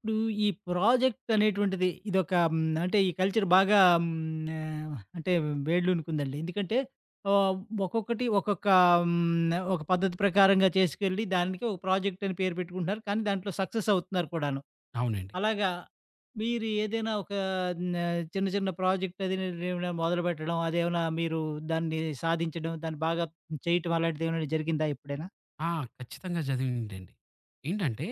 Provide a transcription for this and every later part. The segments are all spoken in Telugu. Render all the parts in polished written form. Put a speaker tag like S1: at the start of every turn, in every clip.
S1: ఇప్పుడు ఈ ప్రాజెక్ట్ అనేటువంటిది ఇదొక హ్మ్, అంటే ఈ కల్చర్ బాగా హ్మ్, ఆహ్, అంటే వేళ్ళూనుకుందండి. ఎందుకంటే ఆహ్, ఒక్కొక్కటి ఒక్కొక్క హ్మ్, ఒక పద్ధతి ప్రకారంగా చేసుకెళ్ళి దానికి ఒక ప్రాజెక్ట్ అని పేరు పెట్టుకుంటున్నారు. కానీ దాంట్లో సక్సెస్ అవుతున్నారు కూడాను.
S2: అవునండి.
S1: అలాగా మీరు ఏదైనా ఒక న్ చిన్న చిన్న ప్రాజెక్ట్ అది ఏమైనా మొదలుపెట్టడం అదేమైనా మీరు దాన్ని సాధించడం, దాన్ని బాగా చేయటం అలాంటిదేమైనా జరిగిందా ఎప్పుడైనా?
S2: ఆ! ఖచ్చితంగా చదివిందండి. ఏంటంటే,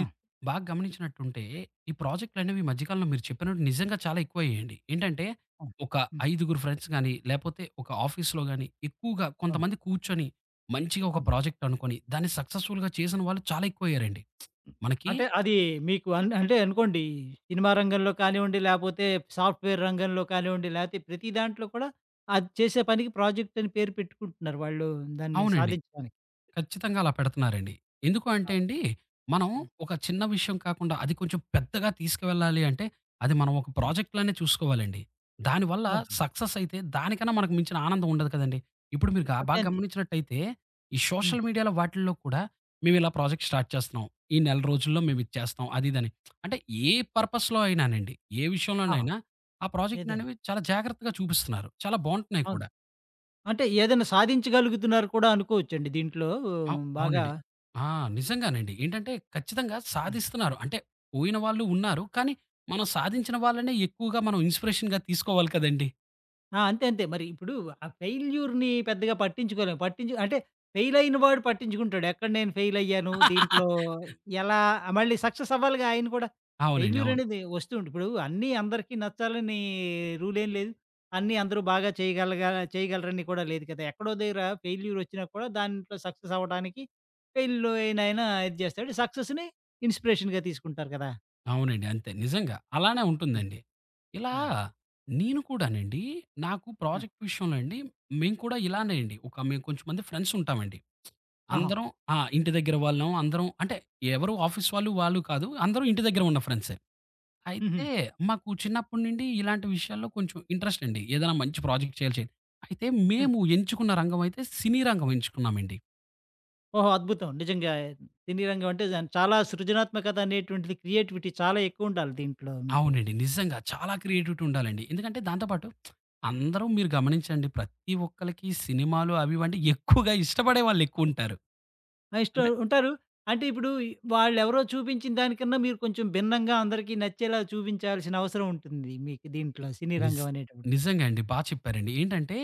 S1: ఆ!
S2: బాగా గమనించినట్టుంటే, ఈ ప్రాజెక్ట్‌లనేవి ఈ మధ్య కాలంలో మీరు చెప్పినట్టు నిజంగా చాలా ఎక్కువయ్యాయండి. ఏంటంటే,
S1: ఆ!
S2: ఒక
S1: హ్మ్.
S2: ఐదుగురు ఫ్రెండ్స్ గాని, లేపోతే ఒక ఆఫీస్‌లో గాని, ఎక్కువగా
S1: అవును.
S2: కొంతమంది కూర్చొని, మంచిగా ఒక
S1: అవును.
S2: ప్రాజెక్ట్ అనుకోని, దాన్ని సక్సెస్‌ఫుల్‌గా చేసిన వాళ్ళు చాలా ఎక్కువయ్యారండి.
S1: హ్మ్.
S2: మనకి
S1: అంటే అది మీకు అంటే అనుకోండి, సినిమా రంగంలో కానివ్వండి, లేపోతే సాఫ్ట్‌వేర్ రంగంలో కానివ్వండి, లేతే ప్రతి దాంట్లో కూడా అది చేసే పనికి ప్రాజెక్ట్ అని పేరు పెట్టుకుంటున్నారు వాళ్ళు దాన్ని
S2: అవునండి.
S1: సాధించడానికి.
S2: ఖచ్చితంగా అలా పెడుతున్నారండి. ఎందుకు
S1: ఆ!
S2: అంటే అండి, మనం
S1: హ్మ్.
S2: ఒక చిన్న విషయం కాకుండా అది కొంచెం పెద్దగా తీసుకువెళ్ళాలి అంటే, అది మనం ఒక
S1: హ్మ్.
S2: ప్రాజెక్ట్‌లానే చూసుకోవాలండి. దానివల్ల
S1: అవునవును.
S2: సక్సెస్ అయితే దానికన్నా మనకు మించిన ఆనందం ఉండదు కదండీ! ఇప్పుడు మీరు
S1: అంతే
S2: బాగా
S1: అంతే.
S2: గమనించినట్టయితే, ఈ
S1: హ్మ్.
S2: సోషల్ మీడియాలో వాటిల్లో కూడా మేము ఇలా ప్రాజెక్ట్ స్టార్ట్ చేస్తున్నాం. ఈ నెల రోజుల్లో
S1: హ్మ్.
S2: మేము ఇది చేస్తాం. అది ఇదని. అంటే ఏ పర్పస్‌లో అయినానండి, ఏ
S1: ఆ!
S2: విషయంలోనైనా ఆ
S1: ఏదైనా.
S2: ప్రాజెక్ట్‌ననేవి చాలా జాగ్రత్తగా చూపిస్తున్నారు. చాలా బావుంటున్నాయి
S1: అవును.
S2: కూడా.
S1: అంటే ఏదైనా సాధించగలుగుతున్నారు కూడా అనుకోవచ్చండి దీంట్లో బాగా.
S2: అవునండి. ఆ! నిజంగానండి. ఏంటంటే ఖచ్చితంగా సాధిస్తున్నారు. అంటే పోయిన వాళ్ళు ఉన్నారు. కానీ మనం సాధించిన వాళ్ళనే ఎక్కువగా మనం ఇన్‌స్పిరేషన్‌గా తీసుకోవాలి కదండీ!
S1: ఆ! అంతే. అంతే. మరి ఇప్పుడు ఆ ఫెయిల్యూర్‌ని పెద్దగా పట్టించుకోలేం. పట్టించు అంటే ఫెయిల్ అయిన వాడు పట్టించుకుంటాడు. ఎక్కడ నేను ఫెయిల్ అయ్యాను, దీంట్లో ఎలా మళ్ళీ సక్సెస్ అవ్వాలిగా ఆయన కూడా.
S2: అవునండి.
S1: ఫెయిల్యూర్
S2: అవును.
S1: అనేది వస్తూ ఉంటుంది. ఇప్పుడు అన్నీ అందరికీ నచ్చాలని రూల్ ఏం లేదు. అన్నీ అందరూ బాగా చేయగలరని కూడా లేదు కదా! ఎక్కడో దగ్గర ఫెయిల్యూర్ వచ్చినా కూడా దాంట్లో సక్సెస్ అవ్వడానికి ఫెయిల్ అయినైనా ఇది చేస్తాడు. సక్సెస్‌ని ఇన్‌స్పిరేషన్‌గా తీసుకుంటారు కదా!
S2: అవునండి. అంతే నిజంగా. అలానే
S1: ఆ!
S2: ఉంటుందండి. ఇలా
S1: ఆ!
S2: నేను కూడానండి నాకు
S1: ఆ!
S2: ప్రాజెక్ట్ విషయంలో అండి మేము కూడా ఇలానే అండి. ఒక మేము కొంచెం మంది ఫ్రెండ్స్ ఉంటామండి.
S1: ఆహా!
S2: అందరం ఆ! ఇంటి దగ్గర వాళ్ళం అందరం అంటే ఎవరు ఆఫీస్ వాళ్ళు, వాళ్ళు కాదు. అందరం ఇంటి దగ్గర ఉన్న ఫ్రెండ్సే.
S1: హుహు.
S2: అయితే
S1: హ్మ్.
S2: మాకు చిన్నప్పటి నుండి ఇలాంటి విషయాల్లో కొంచెం ఇంట్రెస్ట్ అండి. ఏదైనా మంచి ప్రాజెక్ట్ చేయాలి చేయాలి. అయితే మేము ఎంచుకున్న రంగం అయితే సినీ రంగం ఎంచుకున్నామండి.
S1: ఓహో! అద్భుతం. నిజంగా సినీ రంగం అంటే చాలా సృజనాత్మకత అనేటువంటిది క్రియేటివిటీ చాలా ఎక్కువుండాలి దీంట్లో మీకు.
S2: అవునండి. నిజంగా చాలా క్రియేటివిటీ ఉండాలండి. ఎందుకంటే దాంతో పాటు అందరూ మీరు గమనించండి ప్రతి ఒక్కళ్ళకి సినిమాలు అవి ఇవి అంటే ఎక్కువగా ఇష్టపడే వాళ్ళెక్కువుంటారు.
S1: నెక్స్ట్
S2: అంటే
S1: ఉంటారు. అంటే ఇప్పుడు వాళ్ళెవరో చూపించిన దానికన్నా మీరు కొంచెం భిన్నంగా అందరికీ నచ్చేలా చూపించాల్సిన అవసరం ఉంటుంది మీకు దీంట్లో సినీ
S2: నిజ్
S1: రంగం అనేటప్పుడు.
S2: నిజంగా అండి. బా చెప్పారండి. ఏంటంటే,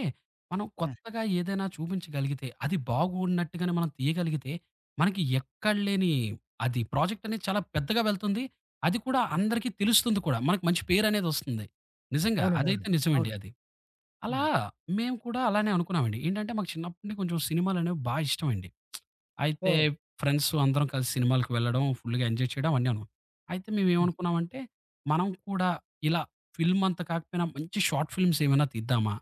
S2: మనం
S1: ఆ!
S2: కొత్తగా ఏదైనా చూపించగలిగితే, అది బాగున్నట్టుగానే మనం తీయగలిగితే, మనకి
S1: ఆ!
S2: ఎక్కడ లేని అది ప్రాజెక్ట్ అనేది చాలా పెద్దగా వెళ్తుంది. అది కూడా
S1: హ్మ్.
S2: అందరికీ తెలుస్తుంది కూడా. మనకు మంచి పేరనేదొస్తుంది. నిజంగా.
S1: అవునండి.
S2: అదైతే
S1: అవును.
S2: నిజమండి
S1: అవును.
S2: అది. అలా
S1: హ్మ్.
S2: మేము కూడా అలానే అనుకున్నామండి. ఏంటంటే, మాకు చిన్నప్పటి నుండి కొంచెం సినిమాలనేవి బా ఇష్టమండి. అయితే
S1: ఓహో!
S2: ఫ్రెండ్స్ అందరం కలిసి సినిమాలకి వెళ్ళడం, ఫుల్‌గా ఎంజాయ్ చేయడం అన్నీను. అయితే
S1: హ్మ్.
S2: మేమేమనుకున్నామంటే, మనం కూడా ఇలా ఫిల్మ్ అంత కాకపోయినా మంచి షార్ట్ ఫిల్మ్స్ ఏమైనా తీద్దామా?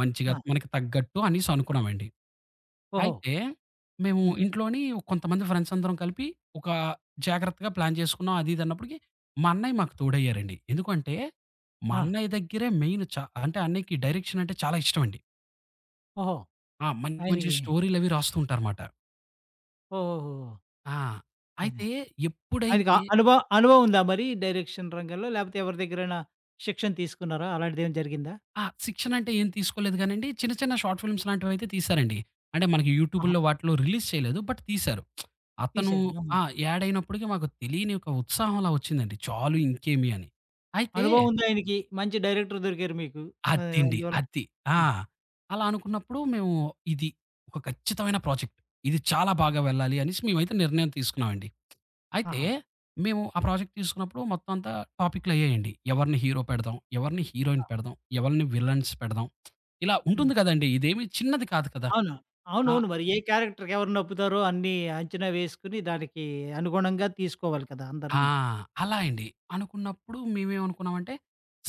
S2: మంచిగా
S1: ఆ!
S2: మనకి తగ్గట్టు అనేసి అనుకున్నామండి.
S1: ఓహో!
S2: అయితే మేము
S1: హ్మ్.
S2: ఇంట్లోని కొంతమంది ఫ్రెండ్స్ అందరం కలిపి ఒక జాగ్రత్తగా ప్లాన్ చేసుకున్నాం. అది ఇది అన్నప్పటికి మా అన్నయ్య మాకు తోడయ్యారండి. ఎందుకంటే, మా
S1: ఆ!
S2: అన్నయ్య దగ్గరే మెయిన్ చ అంటే అన్నయ్యకి డైరెక్షన్ అంటే చాలా ఇష్టమండి.
S1: ఓహో!
S2: ఆ! మంచి మంచి
S1: ఆయనకి
S2: స్టోరీలవి రాస్తూ ఉంటారుమాట.
S1: ఓహోహోహో!
S2: ఆ!
S1: అదే.
S2: అయితే
S1: ఆయనకి అ
S2: ఎప్పుడైతే
S1: అనుభ అనుభవం ఉందా మరి డైరెక్షన్ రంగంలో? లేపోతే ఎవరి దగ్గరైనా శిక్షణ తీసుకున్నారా? అలాంటిదేమైనా జరిగిందా?
S2: ఆ! శిక్షణ అంటే ఏం తీసుకోలేదు గానండి. చిన్న చిన్న షార్ట్ ఫిల్మ్స్ లాంటివైతే తీశారండి. అంటే మనకి
S1: ఆహా!
S2: యూట్యూబుల్లో వాటిలో రిలీజ్ చేయలేదు. బట్ తీశారు. అతను
S1: తీశారు. ఆహా!
S2: ఆ! యాడ్ అయినప్పటికి మాకు తెలియని ఒక ఉత్సాహం అలా వచ్చిందండి. చాలు ఇంకేమి అని. అయితే
S1: అనుభవం ఉంది ఆయనకి. మంచి డైరెక్టర్ దొరికారు మీకు. ఆహ్,
S2: అదండి.
S1: అందువల్ల
S2: అది. ఆ! అలా అనుకున్నప్పుడు మేము ఇది ఒక ఖచ్చితమైన ప్రాజెక్ట్. ఇది చాలా బాగా వెళ్ళాలి అనేసి మేమైతే నిర్ణయం తీసుకున్నామండి. అయితే
S1: ఆహా!
S2: మేము ఆ ప్రాజెక్ట్ తీసుకున్నప్పుడు మొత్తం అంతా టాపిక్‌లయ్యాయండి. ఎవరిని హీరో పెడదాం? ఎవరిని
S1: ఆ!
S2: హీరోయిన్ పెడదాం? ఎవరిని విలన్స్ పెడదాం? ఇలా
S1: హ్మ్.
S2: ఉంటుంది కదండీ. ఇదేమి చిన్నది కాదు కదా!
S1: అవును.
S2: ఆ!
S1: అవునవును. మరి ఏ క్యారెక్టర్‌కి ఎవరు నప్పుతారో అన్నీ అంచనా వేసుకొని దానికి అనుగుణంగా తీసుకోవాలి కదా!
S2: ఆ!
S1: అందరిని.
S2: అలా అండి. అనుకున్నప్పుడు మేమేమనుకున్నామంటే,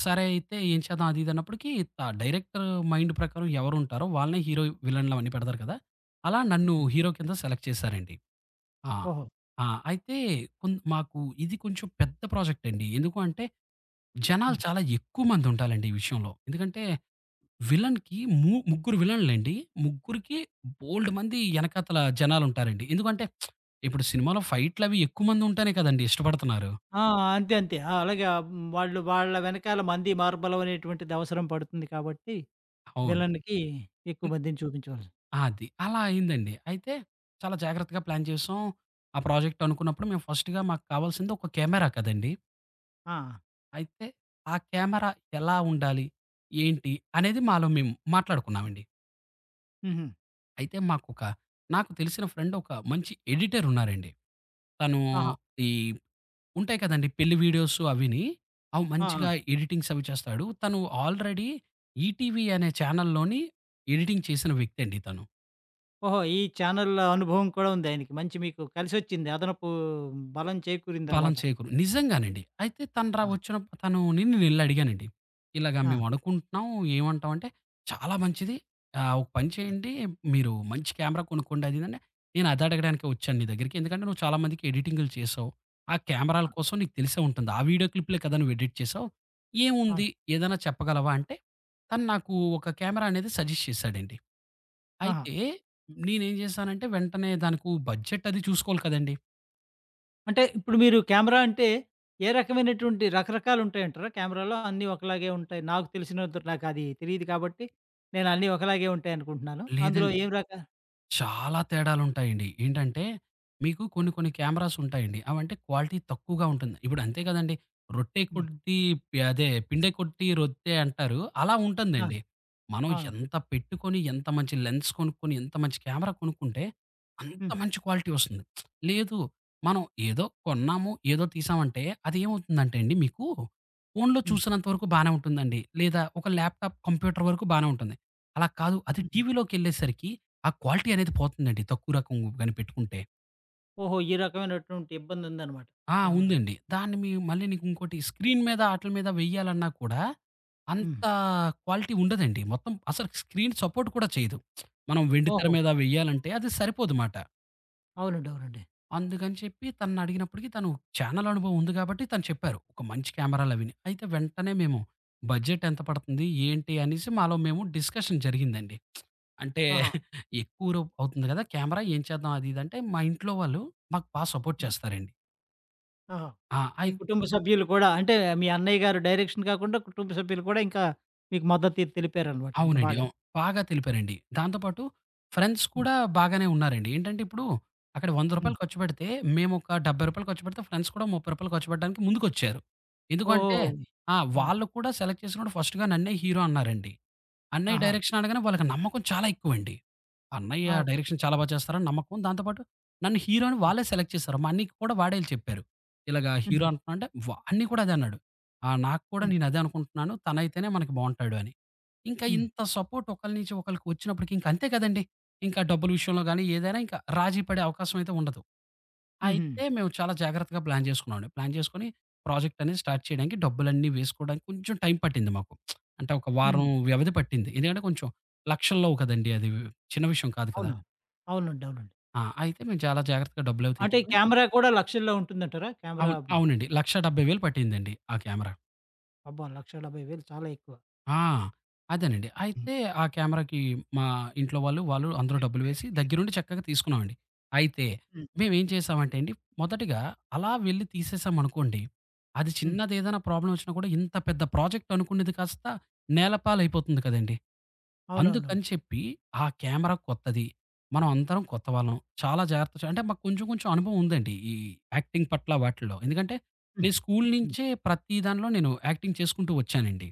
S2: సరే అయితే ఏం చేద్దాం అది ఇది అన్నప్పటికి డైరెక్టర్ మైండ్ ప్రకారం ఎవరుంటారో వాళ్ళనే హీరో, విలన్‌లు అవన్నీ పెడతారు కదా! అలా నన్ను
S1: హ్మ్.
S2: హీరో కింద సెలెక్ట్ చేశారండి. ఆ!
S1: ఓహో!
S2: ఆ! అయితే మాకు ఇది కొంచెం పెద్ద ప్రాజెక్ట్ అండి. ఎందుకు అంటే జనాలు
S1: హ్మ్.
S2: చాలా ఎక్కువ మంది ఉండాలండి ఈ విషయంలో. ఎందుకంటే విలన్‌కి ముగ్గురు విలన్‌లండి. ముగ్గురికి బోలెడు మంది ఎనకాతల జనాలుంటారండి. ఎందుకంటే ఇప్పుడు సినిమాలో ఫైట్‌లవి ఎక్కువ మంది ఉంటేనే కదండీ ఇష్టపడుతున్నారు.
S1: ఆ! అంతే అంతే. ఆ! అలాగే ఆహ్, హ్మ్, వాళ్ళు వాళ్ళ వెనకాల మంది మార్బలం అనేటువంటిది అవసరం పడుతుంది కాబట్టి
S2: అవును.
S1: విలన్‌కి ఎక్కువ
S2: హ్మ్.
S1: మందిని చూపించేవాళ్ళు.
S2: అది. అలా అయిందండి. అయితే చాలా జాగ్రత్తగా ప్లాన్ చేసాం. ఆ ప్రాజెక్ట్ అనుకున్నప్పుడు మేము ఫస్ట్‌గా మాకు కావాల్సింది ఒక కెమెరా కదండీ!
S1: ఆ!
S2: అయితే ఆ కెమెరా ఎలా ఉండాలి? ఏంటి? అనేది మాలో మేము మాట్లాడుకున్నామండి.
S1: హుహు.
S2: అయితే నాకు తెలిసిన ఫ్రెండ్ ఒక మంచి ఎడిటర్ ఉన్నారండి. తను
S1: ఆహా!
S2: ఈ ఉంటాయి కదండీ! పెళ్లి వీడియోస్ అవిని. అవి
S1: ఆ! ఆ!
S2: మంచిగా ఎడిటింగ్స్ అవి చేస్తాడు. తను ఆల్రెడీ ఈటీవీ అనే ఛానల్‌లోని ఎడిటింగ్ చేసిన వ్యక్తి అండి తను.
S1: ఓహో! ఈ ఛానెల్ అనుభవం కూడా ఉంది ఆయనకి. మంచి మీకు కలిసొచ్చింది. అదనపు బలం
S2: బలం
S1: చేకూరిందనమాట.
S2: చేకూరు నిజంగానండి. అయితే తను ర
S1: ఆ!
S2: వచ్చిన తను నేనెళ్లి అడిగానండి. ఇలాగ
S1: ఆ!
S2: మేము అనుకుంటున్నాం ఏమంటావు అంటే, "చాలా మంచిది. ఆహ్, ఒక పని చేయండి మీరు మంచి కెమెరా కొనుక్కోండి" అది ఇదని. నేను అది అడగడానికే వచ్చాను నీ దగ్గరికి. ఎందుకంటే నువ్వు చాలా మందికి ఎడిటింగులు చేసావు. ఆ కెమెరాల కోసం నీకు తెలిసే ఉంటుంది. ఆ వీడియో క్లిప్‌లే కదా నువ్వు ఎడిట్ చేసావు. ఏముంది
S1: అవును.
S2: ఏదైనా చెప్పగలవా అంటే, తను నాకు ఒక కెమెరా అనేది సజెస్ట్ చేసాడండి.
S1: ఆహా!
S2: అయితే నేనేం చేశానంటే వెంటనే దానికి బడ్జెట్ అది చూసుకోవాలి కదండీ.
S1: అంటే ఇప్పుడు మీరు కెమెరా అంటే ఏ రకమైనటువంటి రకరకాలుంటాయంటారా? కెమెరాలో అన్నీ ఒకలాగే ఉంటాయి. నాకు తెలిసినంత నాకది తెలీదు కాబట్టి, నేను అన్నీ ఒకలాగే ఉంటాయనుకుంటున్నాను.
S2: లేదం
S1: అందులో ఏం రక
S2: చాలా తేడాలుంటాయండి. ఏంటంటే, మీకు కొన్ని కొన్ని కెమెరాస్ ఉంటాయండి. అవంటే క్వాలిటీ తక్కువగా ఉంటుంది. ఇప్పుడు అంతే కదండీ! రొట్టె
S1: హ్మ్.
S2: కొట్టి పి అదే పిండె కొట్టి రొట్టె అంటారు. అలా
S1: ఆ!
S2: ఉంటుందండి. మనం
S1: అవును.
S2: ఎంత పెట్టుకొని, ఎంత మంచి లెన్స్ కొనుక్కొని, ఎంత మంచి కెమెరా కొనుక్కుంటే, అంత
S1: హ్మ్.
S2: మంచి క్వాలిటీ వస్తుంది. లేదు మనం ఏదో కొన్నాము, ఏదో తీసామంటే అది ఏమవుతుందంటే అండి మీకు ఫోనులో
S1: హ్మ్.
S2: చూసినంత వరకు బానే ఉంటుందండి. లేదా ఒక ల్యాప్‌టాప్, కంప్యూటర్ వరకు బానే ఉంటుంది. అలా కాదు అది
S1: హ్మ్.
S2: టీవీలోకెళ్ళేసరికి ఆ క్వాలిటీ అనేది పోతుందండి. తక్కువ రకం గాని పెట్టుకుంటే.
S1: ఓహో! ఈ రకమైనటువంటి ఇబ్బందుందనమాట
S2: ఆ!
S1: కెమెరాలో.
S2: ఉందండి. దాన్ని మళ్ళీ నీకు ఇంకోటి స్క్రీన్ మీద ఆటిల మీద వెయ్యాలన్నా కూడా
S1: హ్మ్.
S2: అంత క్వాలిటీ ఉండదండి. మొత్తం అసలు స్క్రీన్ సపోర్ట్ కూడా చేయదు. మనం వెండితెర
S1: ఓహో!
S2: మీద వెయ్యాలంటే అది సరిపోదుమాట.
S1: అవునండి. అవునండి.
S2: అందుకని చెప్పి తననడిగినప్పటికి తను ఛానెల్ అనుభవం ఉంది కాబట్టి తను చెప్పారు. ఒక మంచి కెమెరాలవిని. అయితే వెంటనే మేము బడ్జెట్ ఎంత పడుతుంది? ఏంటి? అనేసి మాలో మేము డిస్కషన్ జరిగిందండి. అంటే
S1: ఆహా!
S2: ఎక్కువ రూ అవుతుంది గదా! కెమెరా ఏం చేద్దాం అది ఇది అంటే, మా ఇంట్లో వాళ్ళు మాకు బా సపోర్ట్
S1: హ్మ్.
S2: చేస్తారండి.
S1: ఆహా!
S2: ఆ!
S1: మీ
S2: అయి
S1: కుటుంబ సభ్యులు కూడా అంటే మీ అన్నయ్య గారు డైరెక్షన్ కాకుండా కుటుంబ సభ్యులు కూడా ఇంకా మీకు మద్దతు తెలిపారనమాట. ఇంకా
S2: అవునండి.
S1: బాగా.
S2: అవును. బాగా తెలిపారండి. దాంతో పాటు ఫ్రెండ్స్
S1: హ్మ్.
S2: కూడా బాగానే ఉన్నారండి. ఏంటంటే ఇప్పుడు అక్కడ రూ. 100
S1: హ్మ్.
S2: ఖర్చు పెడితే మేమొక రూ. 70 ఖర్చు పెడితే ఫ్రెండ్స్ కూడా రూ. 30 ఖర్చు పెట్టడానికి ముందుకొచ్చారు. ఎందుకంటే
S1: ఓహోహో!
S2: ఆ!
S1: ఆ!
S2: వాళ్ళు కూడా సెలెక్ట్ చేసినప్పుడు ఫస్ట్‌గా నన్నే హీరో అన్నారండి. అన్నయ్య
S1: ఆహా!
S2: డైరెక్షన్ అనగానే వాళ్ళకి నమ్మకం చాలా ఎక్కువండి. అన్నయ్య
S1: ఆ! ఓకే.
S2: డైరెక్షన్ చాలా బా చేస్తారని నమ్మకం. దాంతో పాటు నన్ను హీరోని
S1: హ్మ్.
S2: వాళ్ళే సెలెక్ట్ చేశారు. మా అన్నయ్యకి కూడా వాడే చెప్పారు. ఇలాగ హీరో
S1: హుహు.
S2: అంటున్నా అంటే అన్నయ్య కూడా అదే అన్నాడు. "ఆ! నాకు కూడా
S1: హ్మ్.
S2: నేను అదే అనుకుంటున్నాను. తనైతేనే మనకి బావుంటాడు" అని. ఇంకా
S1: హ్మ్.
S2: ఇంత సపోర్ట్ ఒకళ్ళ నుంచి ఒకళ్ళకి వచ్చినప్పటికి ఇంక అంతే కదండీ! ఇంకా డబ్బుల విషయంలో గాని, ఏదైనా ఇంకా రాజీ పడే అవకాశం అయితే ఉండదు.
S1: హుహు.
S2: అయితే మేము చాలా జాగ్రత్తగా ప్లాన్ చేసుకున్నామండి. ప్లాన్ చేసుకొని ప్రాజెక్ట్ అనేది స్టార్ట్ చేయడానికి డబ్బులన్నీ వేసుకోవడానికి కొంచెం టైం పట్టింది మాకు. అంటే ఒక వారం
S1: హుహు.
S2: వ్యవధి పట్టింది. ఎందుకంటే కొంచెం లక్షల్లో కదండీ! అది చిన్న విషయం కాదు కదా!
S1: అవును. అవునండి. అవునండి.
S2: ఆ! అయితే మేము చాలా జాగ్రత్తగా డబ్బులవి
S1: అంటే
S2: తెచ్చుకొని
S1: కెమెరా కూడా లక్షల్లో ఉంటుందంటారా? కెమెరా
S2: అవును.
S1: హ్మ్.
S2: అవునండి. 1,70,000 పట్టిందండి ఆ కెమెరా.
S1: అబ్బా! 1,70,000 చాలా ఎక్కువ.
S2: ఆ! అదేనండి.
S1: హ్మ్.
S2: అయితే ఆ కెమెరాకి మా ఇంట్లో వాళ్ళు అందరూ డబ్బులు వేసి దగ్గరుండి చక్కగా తీసుకున్నామండి. అయితే
S1: హ్మ్.
S2: మేమేం చేసామంటే అండి, మొదటగా అలా వెళ్లి తీసేసామనుకోండి, అది
S1: హ్మ్.
S2: చిన్నదేదైనా ప్రాబ్లమ్ వచ్చినా కూడా ఇంత పెద్ద ప్రాజెక్ట్ అనుకునేది కాస్త నేలపాలైపోతుంది కదండీ!
S1: అవునవునవును.
S2: అందుకని చెప్పి ఆ కెమెరా కొత్తది. మనం అందరం కొత్తవాళ్ళం. చాలా జాగ్రత్త చ అంటే మాకు కొంచెం కొంచెం అనుభవం ఉందండి. ఈ యాక్టింగ్ పట్ల వాటిల్లో. ఎందుకంటే
S1: హ్మ్.
S2: నేను స్కూల్
S1: హ్మ్.
S2: నుంచే ప్రతి దానిలో నేను యాక్టింగ్ చేసుకుంటూ వచ్చానండి.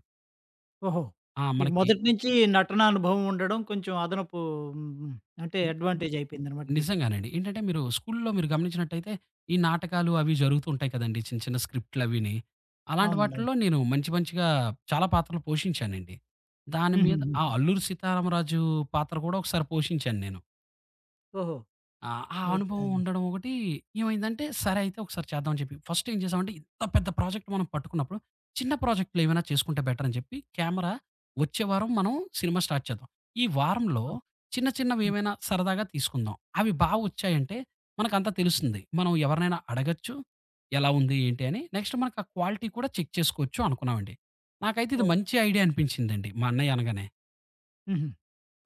S1: ఓహో!
S2: ఆ!
S1: మీకు
S2: మనకి
S1: మొదటి నుంచి నటనా అనుభవం ఉండడం కొంచెం అదనపు హ్మ్. హ్మ్. అంటే
S2: హ్మ్. హ్మ్.
S1: అడ్వాంటేజ్ అయిపోయిందనమాట మీకు.
S2: నిజంగానండి. ఏంటంటే మీరు స్కూల్‌లో మీరు గమనించినట్టయితే ఈ నాటకాలు అవి జరుగుతూ ఉంటాయి కదండీ! చిన్న చిన్న స్క్రిప్ట్‌లవిని. అలాంటి
S1: అవునండి.
S2: వాటిల్లో
S1: అవును.
S2: నేను మంచి మంచిగా చాలా పాత్రలు పోషించానండి. దాని మీద ఆ
S1: హుహుహుహు.
S2: 'అల్లూరి సీతారామరాజు' పాత్ర కూడా ఒకసారి పోషించాను నేను.
S1: ఓహో!
S2: ఆ! ఆ
S1: ఓకే.
S2: అనుభవం ఉండడం ఒకటి, ఏమైందంటే సరే అయితే ఒకసారి చేద్దాం అని చెప్పి, ఫస్ట్ ఏం చేసామంటే ఇంత పెద్ద ప్రాజెక్ట్ మనం పట్టుకున్నప్పుడు, చిన్న ప్రాజెక్ట్‌లు ఏమైనా చేసుకుంటే బెటర్ అని చెప్పి, కెమెరా వచ్చే వారం మనం సినిమా స్టార్ట్ చేద్దాం. ఈ వారంలో
S1: హ్మ్.
S2: చిన్న చిన్నవి
S1: హ్మ్.
S2: ఏమైనా సరదాగా తీసుకుందాం. అవి బా వచ్చాయంటే మనకంతా తెలుస్తుంది. మనం ఎవరినైనా అడగొచ్చు. ఎలా ఉంది ఏంటి అని. నెక్స్ట్ మనకు ఆ క్వాలిటీ కూడా చెక్ చేసుకోవచ్చు అనుకున్నామండి. నాకైతే ఇది
S1: ఓహో!
S2: మంచి ఐడియా అనిపించిందండి మా అన్నయ్య అనగానే.
S1: హుహు.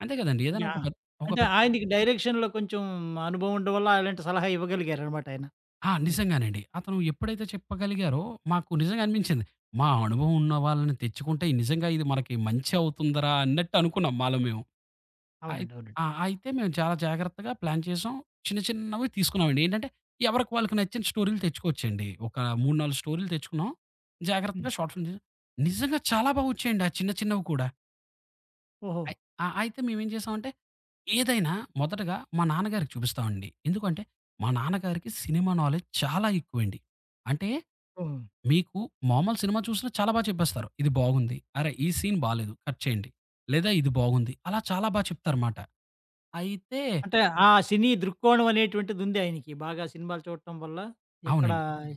S2: అంతే కదండీ! ఏదైనా ఒక
S1: యాహ్!
S2: పెద్ద ఒక
S1: అంటే
S2: పెద్ద
S1: ఆయనకి డైరెక్షన్‌లో కొంచెం అనుభవం ఉండడం వల్ల అలాంటి సలహా ఇవ్వగలిగారనమాట ఆయన
S2: ఆ!
S1: మీకు.
S2: నిజంగానండి. అతను ఎప్పుడైతే చెప్పగలిగారో మాకు నిజంగా అనిపించింది. అనుభవం ఉన్న వాళ్ళని తెచ్చుకుంటే నిజంగా ఇది మనకి మంచి అవుతుందిరా అన్నట్టు అనుకున్నాం మాలో మేము. అయి
S1: అవునండి. అవునండి.
S2: ఆ! అయితే మేము చాలా జాగ్రత్తగా ప్లాన్ చేసాం. చిన్న చిన్నవి తీసుకున్నామండి. ఏంటంటే ఎవరికి వాళ్ళకి నచ్చిన స్టోరీలు తెచ్చుకోవచ్చండి. ఒక 3, 4 స్టోరీలు తెచ్చుకున్నాం.
S1: హ్మ్.
S2: జాగ్రత్తగా షార్ట్ ఫిల్మ్ చేసాం. నిజంగా చాలా బా వచ్చాయండి ఆ చిన్న చిన్నవి కూడా.
S1: ఓహో!
S2: అయి ఆ! అయితే మేమేం చేసామంటే ఏదైనా మొదటగా మా నాన్నగారికి చూపిస్తామండి. ఎందుకంటే మా నాన్నగారికి సినిమా నాలెడ్జ్ చాలా ఎక్కువండి. అంటే
S1: ఓహో!
S2: మీకు మామూలు సినిమా చూసినా చాలా బా చెప్పేస్తారు. ఇది బాగుంది. అరే! ఈ సీన్ బాలేదు. కట్ చేయండి. లేదా ఇది బాగుంది. అలా చాలా బా చెప్తారుమాట. అయితే
S1: అంటే ఆ సినీ దృక్కోణం అనేటువంటిది ఉంది ఆయనకి. బాగా సినిమాలు చూడటం వల్ల ఎక్కడ
S2: అవునండి.
S1: హ్మ్.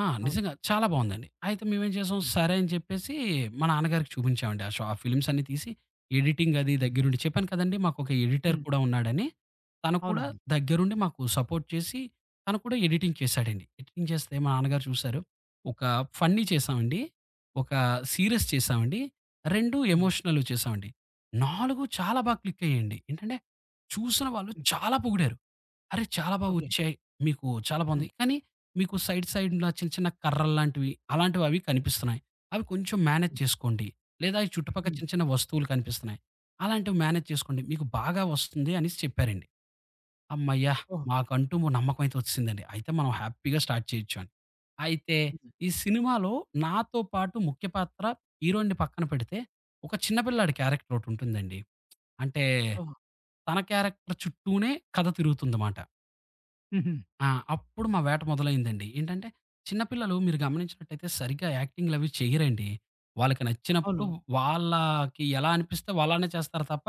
S2: ఆ!
S1: అవును.
S2: నిజంగా చాలా బావుందండి. అయితే మేమేం చేసాం,
S1: హ్మ్.
S2: సరే అని చెప్పేసి మా నాన్నగారికి చూపించామండి. ఆ ఫిల్మ్స్ అన్నీ తీసి ఎడిటింగ్ అది
S1: హ్మ్.
S2: దగ్గరుండి చెప్పాను కదండీ మాకొక ఎడిటర్
S1: హ్మ్.
S2: కూడా ఉన్నాడని. తను కూడా
S1: అవునవును.
S2: దగ్గరుండి మాకు సపోర్ట్ చేసి తను కూడా ఎడిటింగ్ చేశాడండి. ఎడిటింగ్ చేస్తే మా నాన్నగారు చూశారు. ఒక ఫన్నీ చేశామండి. ఒక సీరియస్ చేశామండి. 2
S1: హ్మ్. హ్మ్.
S2: ఎమోషనల్ చేశామండి. 4 చాలా బాగా క్లిక్ అయ్యాయండి. ఏంటంటే చూసిన వాళ్ళు
S1: హ్మ్.
S2: చాలా పొగిడారు. "అరె! చాలా బాగా
S1: ఓకే.
S2: వచ్చాయి. మీకు చాలా బావుంది."
S1: హ్మ్.
S2: కానీ మీకు సైడ్ సైడ్‌లా చిన్న చిన్న కర్రల్లాంటివి అలాంటివవి కనిపిస్తున్నాయి. అవి కొంచెం మేనేజ్
S1: హ్మ్.
S2: చేసుకోండి. లేదా ఈ చుట్టుపక్కల
S1: హ్మ్.
S2: చిన్న చిన్న వస్తువులు కనిపిస్తున్నాయి. అలాంటివి మేనేజ్ చేసుకోండి. మీకు బాగా వస్తుంది అనేసి చెప్పారండి. హమ్మయ్య!
S1: ఓహో!
S2: మాకంటూ ఓ నమ్మకం అయితే వచ్చిసిందండి. అయితే మనం హ్యాపీగా స్టార్ట్ చేయొచ్చు అని. అయితే
S1: హ్మ్.
S2: ఈ సినిమాలో నాతో పాటు ముఖ్య పాత్ర హీరోయిన్‌ని పక్కన పెడితే, ఒక చిన్న పిల్లాడి క్యారెక్టర్ ఒకటుంటుందండి. అంటే
S1: ఓహో!
S2: తన క్యారెక్టర్ చుట్టూనే కథ తిరుగుతుందమాట.
S1: హుహు.
S2: ఆ! అప్పుడు మా వేట మొదలైందండి. ఏంటంటే, చిన్న పిల్లలు మీరు గమనించినట్టయితే సరిగ్గా యాక్టింగ్‌లవి చెయ్యరండి. వాళ్ళకి నచ్చినప్పుడు
S1: అవును.
S2: వాళ్ళకి ఎలా అనిపిస్తే వాళ్ళనే చేస్తారు తప్ప,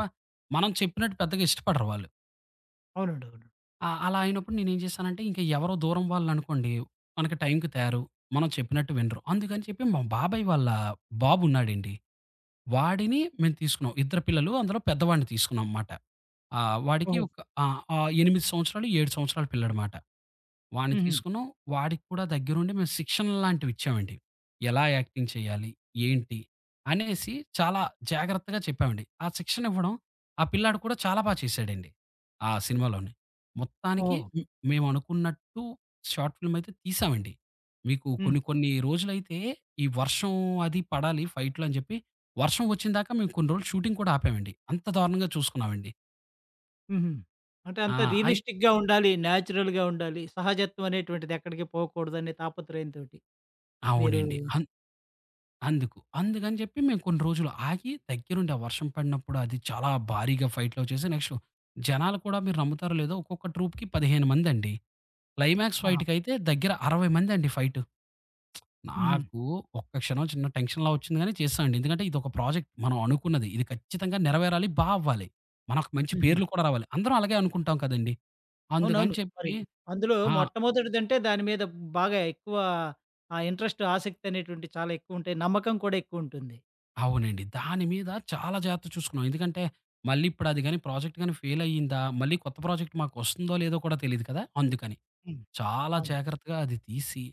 S2: మనం చెప్పినట్టు పెద్దగా ఇష్టపడరు వాళ్ళు.
S1: అవునండి. అవును.
S2: ఆ! అలా అయినప్పుడు నేనేం చేశానంటే, ఇంక ఎవరో దూరం వాళ్ళనుకోండి, మనకి టైంకి తేరు. మనం చెప్పినట్టు వినరు. అందుకని చెప్పి మా బాబాయ్ వాళ్ళ బాబున్నాడండి. వాడిని మేము తీసుకున్నాం. ఇద్దరు పిల్లలు, అందులో పెద్దవాడిని తీసుకున్నాం మాట. ఆహ్, వాడికి
S1: ఓహో!
S2: ఒక ఆ! ఆ! 8 సంవత్సరాలు, 7 సంవత్సరాల పిల్లాడు మాట. వాడిని
S1: హుహు.
S2: తీసుకున్నాం. వాడికి కూడా దగ్గరుండి మేము శిక్షణ లాంటివిచ్చామండి. ఎలా యాక్టింగ్ చేయాలి? ఏంటి? అనేసి చాలా జాగ్రత్తగా చెప్పామండి. ఆ శిక్షణ ఇవ్వడం ఆ పిల్లాడు కూడా చాలా బా చేశాడండి. ఆ సినిమాలోని. మొత్తానికి
S1: ఓహో!
S2: మేమనుకున్నట్టు షార్ట్ ఫిల్మ్ అయితే తీశామండి. మీకు
S1: హ్మ్.
S2: కొన్ని కొన్ని రోజులైతే ఈ వర్షం అది పడాలి ఫైట్‌లు అని చెప్పి, వర్షం వచ్చిన దాకా మేము కొన్ని రోజులు షూటింగ్ కూడా ఆపామండి. అంత దారుణంగా చూసుకున్నామండి.
S1: హుహు. అంటే
S2: ఆ!
S1: అంతా
S2: అయి
S1: రియలిస్టిక్‌గా ఉండాలి. న్యాచురల్‌గా ఉండాలి. సహజత్వం అనేటువంటిది ఎక్కడికి పోకూడదనే తాపత్రయంతోటి. మీరు
S2: అవునండి. అందుకు. అందుకని చెప్పి మేము కొన్ని రోజులు ఆగి దగ్గరుండి ఆ వర్షం పడినప్పుడు అది చాలా భారీగా ఫైట్‌లు చేసి నెక్స్ట్ జనాలు కూడా మీరు నమ్ముతారో లేదో ఒక్కొక్క ట్రూప్‌కి 15 మందండి. క్లైమాక్స్
S1: ఆహా!
S2: ఫైట్‌కైతే దగ్గర 60 మందండి ఫైట్.
S1: హుహు.
S2: నాకు ఒక్క క్షణం చిన్న టెన్షన్‌లా వచ్చింది గానీ చేశామండి. ఎందుకంటే ఇదొక ప్రాజెక్ట్. మనం అనుకున్నది. ఇది ఖచ్చితంగా నెరవేరాలి. బా అవ్వాలి. మనకు మంచి
S1: హుహు.
S2: పేర్లు కూడా రావాలి. అందరం అలాగే అనుకుంటాం కదండీ. అందుకని
S1: అవునవును. మరి
S2: చెప్పి
S1: అందులో
S2: ఆ!
S1: మొట్టమొదటిదంటే దాని మీద బాగా ఎక్కువ ఆ ఇంట్రెస్ట్, ఆసక్తి అనేటువంటివి చాలా ఎక్కువుంటాయి. నమ్మకం కూడా ఎక్కువుంటుంది.
S2: అవునండి. దాని మీద చాలా జాగ్రత్త చూసుకున్నాం. ఎందుకంటే, మళ్ళీ ఇప్పుడు అది గాని ప్రాజెక్ట్ గాని ఫెయిల్ అయ్యిందా, మళ్ళీ కొత్త ప్రాజెక్ట్ మాకు వస్తుందో లేదో కూడా తెలీదు కదా! అందుకని.
S1: హ్మ్.
S2: చాలా
S1: అవును.
S2: జాగ్రత్తగా అది తీసి,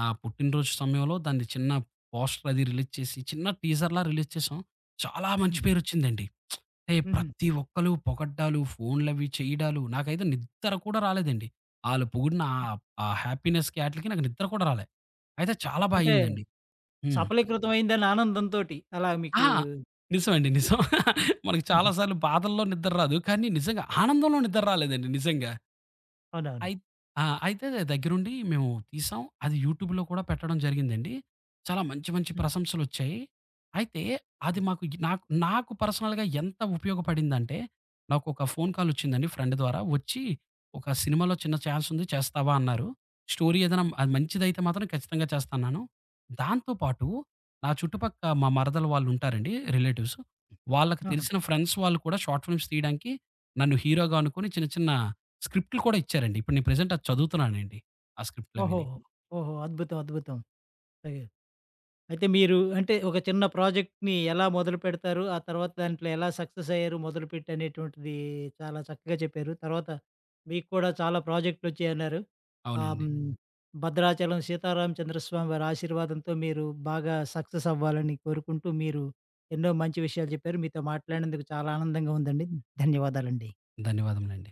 S2: నా పుట్టినరోజు సమయంలో దాన్ని చిన్న పోస్టర్ అది రిలీజ్ చేసి, చిన్న టీజర్‌లా రిలీజ్ చేసాం. చాలా మంచి
S1: హుహు.
S2: పేరొచ్చిందండి. అంటే
S1: హుహు.
S2: ప్రతి ఒక్కళ్ళు పొగడ్డాలు, ఫోన్‌లవి చేయడాలు, నాకైతే నిద్ర కూడా రాలేదండి. ఆళ్ళు పొగిడిన ఆ
S1: అవును.
S2: ఆ హ్యాపీనెస్‌కి ఆటిలికి నాకు నిద్ర కూడా రాలే. అయితే చాలా బా
S1: అంటే
S2: అయిందండి. హ్మ్.
S1: సఫలీకృతం అయిందన్న ఆనందంతోటి అలా
S2: ఆ!
S1: మీకు
S2: నిజమండి. నిజం. మనకు చాలా
S1: హుహు.
S2: సార్లు బాధల్లో నిద్ర రాదు. కానీ నిజంగా ఆనందంలో నిద్ర రాలేదండి నిజంగా.
S1: అవునవును.
S2: అయి ఆ! అయితే దగ్గరుండి మేము తీసాం. అది యూట్యూబ్‌లో కూడా పెట్టడం జరిగిందండి. చాలా మంచి మంచి
S1: హ్మ్.
S2: ప్రశంసలొచ్చాయి. అయితే అది
S1: హ్మ్.
S2: మాకు నాకు నాకు పర్సనల్‌గా ఎంత ఉపయోగపడిందంటే, నాకొక ఫోన్ కాలొచ్చిందండి ఫ్రెండ్ ద్వారా. వచ్చి "ఒక సినిమాలో చిన్న ఛాన్సుంది చేస్తావా?" అన్నారు. స్టోరీ ఏదైనా అది మంచిదైతే మాత్రం ఖచ్చితంగా చేస్తానన్నాను. దాంతో పాటు నా చుట్టుపక్క మా మరదలు వాళ్ళుంటారండి రిలేటివ్స్. వాళ్ళకి
S1: ఆహా!
S2: తెలిసిన ఫ్రెండ్స్ వాళ్ళు కూడా షార్ట్ ఫిల్మ్స్ తీయడానికి నన్ను హీరోగా అనుకోని చిన్న చిన్న స్క్రిప్ట్‌లు కూడా ఇచ్చారండి. ఇప్పుడు నేను ప్రెజెంట్ అది చదువుతున్నానండి. ఆ స్క్రిప్ట్‌లవిని.
S1: ఓహోహో! ఓహో! అద్భుతం. అద్భుతం. అదే. అయితే మీరు అంటే ఒక చిన్న ప్రాజెక్ట్‌ని ఎలా మొదలుపెడతారు? ఆ తర్వాత దాంట్లో ఎలా సక్సెస్ అయ్యారు మొదలుపెట్టి అనేటువంటిది చాలా చక్కగా చెప్పారు. తర్వాత మీకు కూడా చాలా ప్రాజెక్ట్‌లొచ్చాయన్నారు. ఆహ్,
S2: అవునండి.
S1: హ్మ్, భద్రాచలం సీతారామచంద్ర స్వామి వారి ఆశీర్వాదంతో మీరు బాగా సక్సెస్ అవ్వాలని కోరుకుంటూ మీరు ఎన్నో మంచి విషయాలు చెప్పారు. మీతో మాట్లాడినందుకు చాలా ఆనందంగా ఉందండి. ధన్యవాదాలండి.
S2: ధన్యవాదములండి.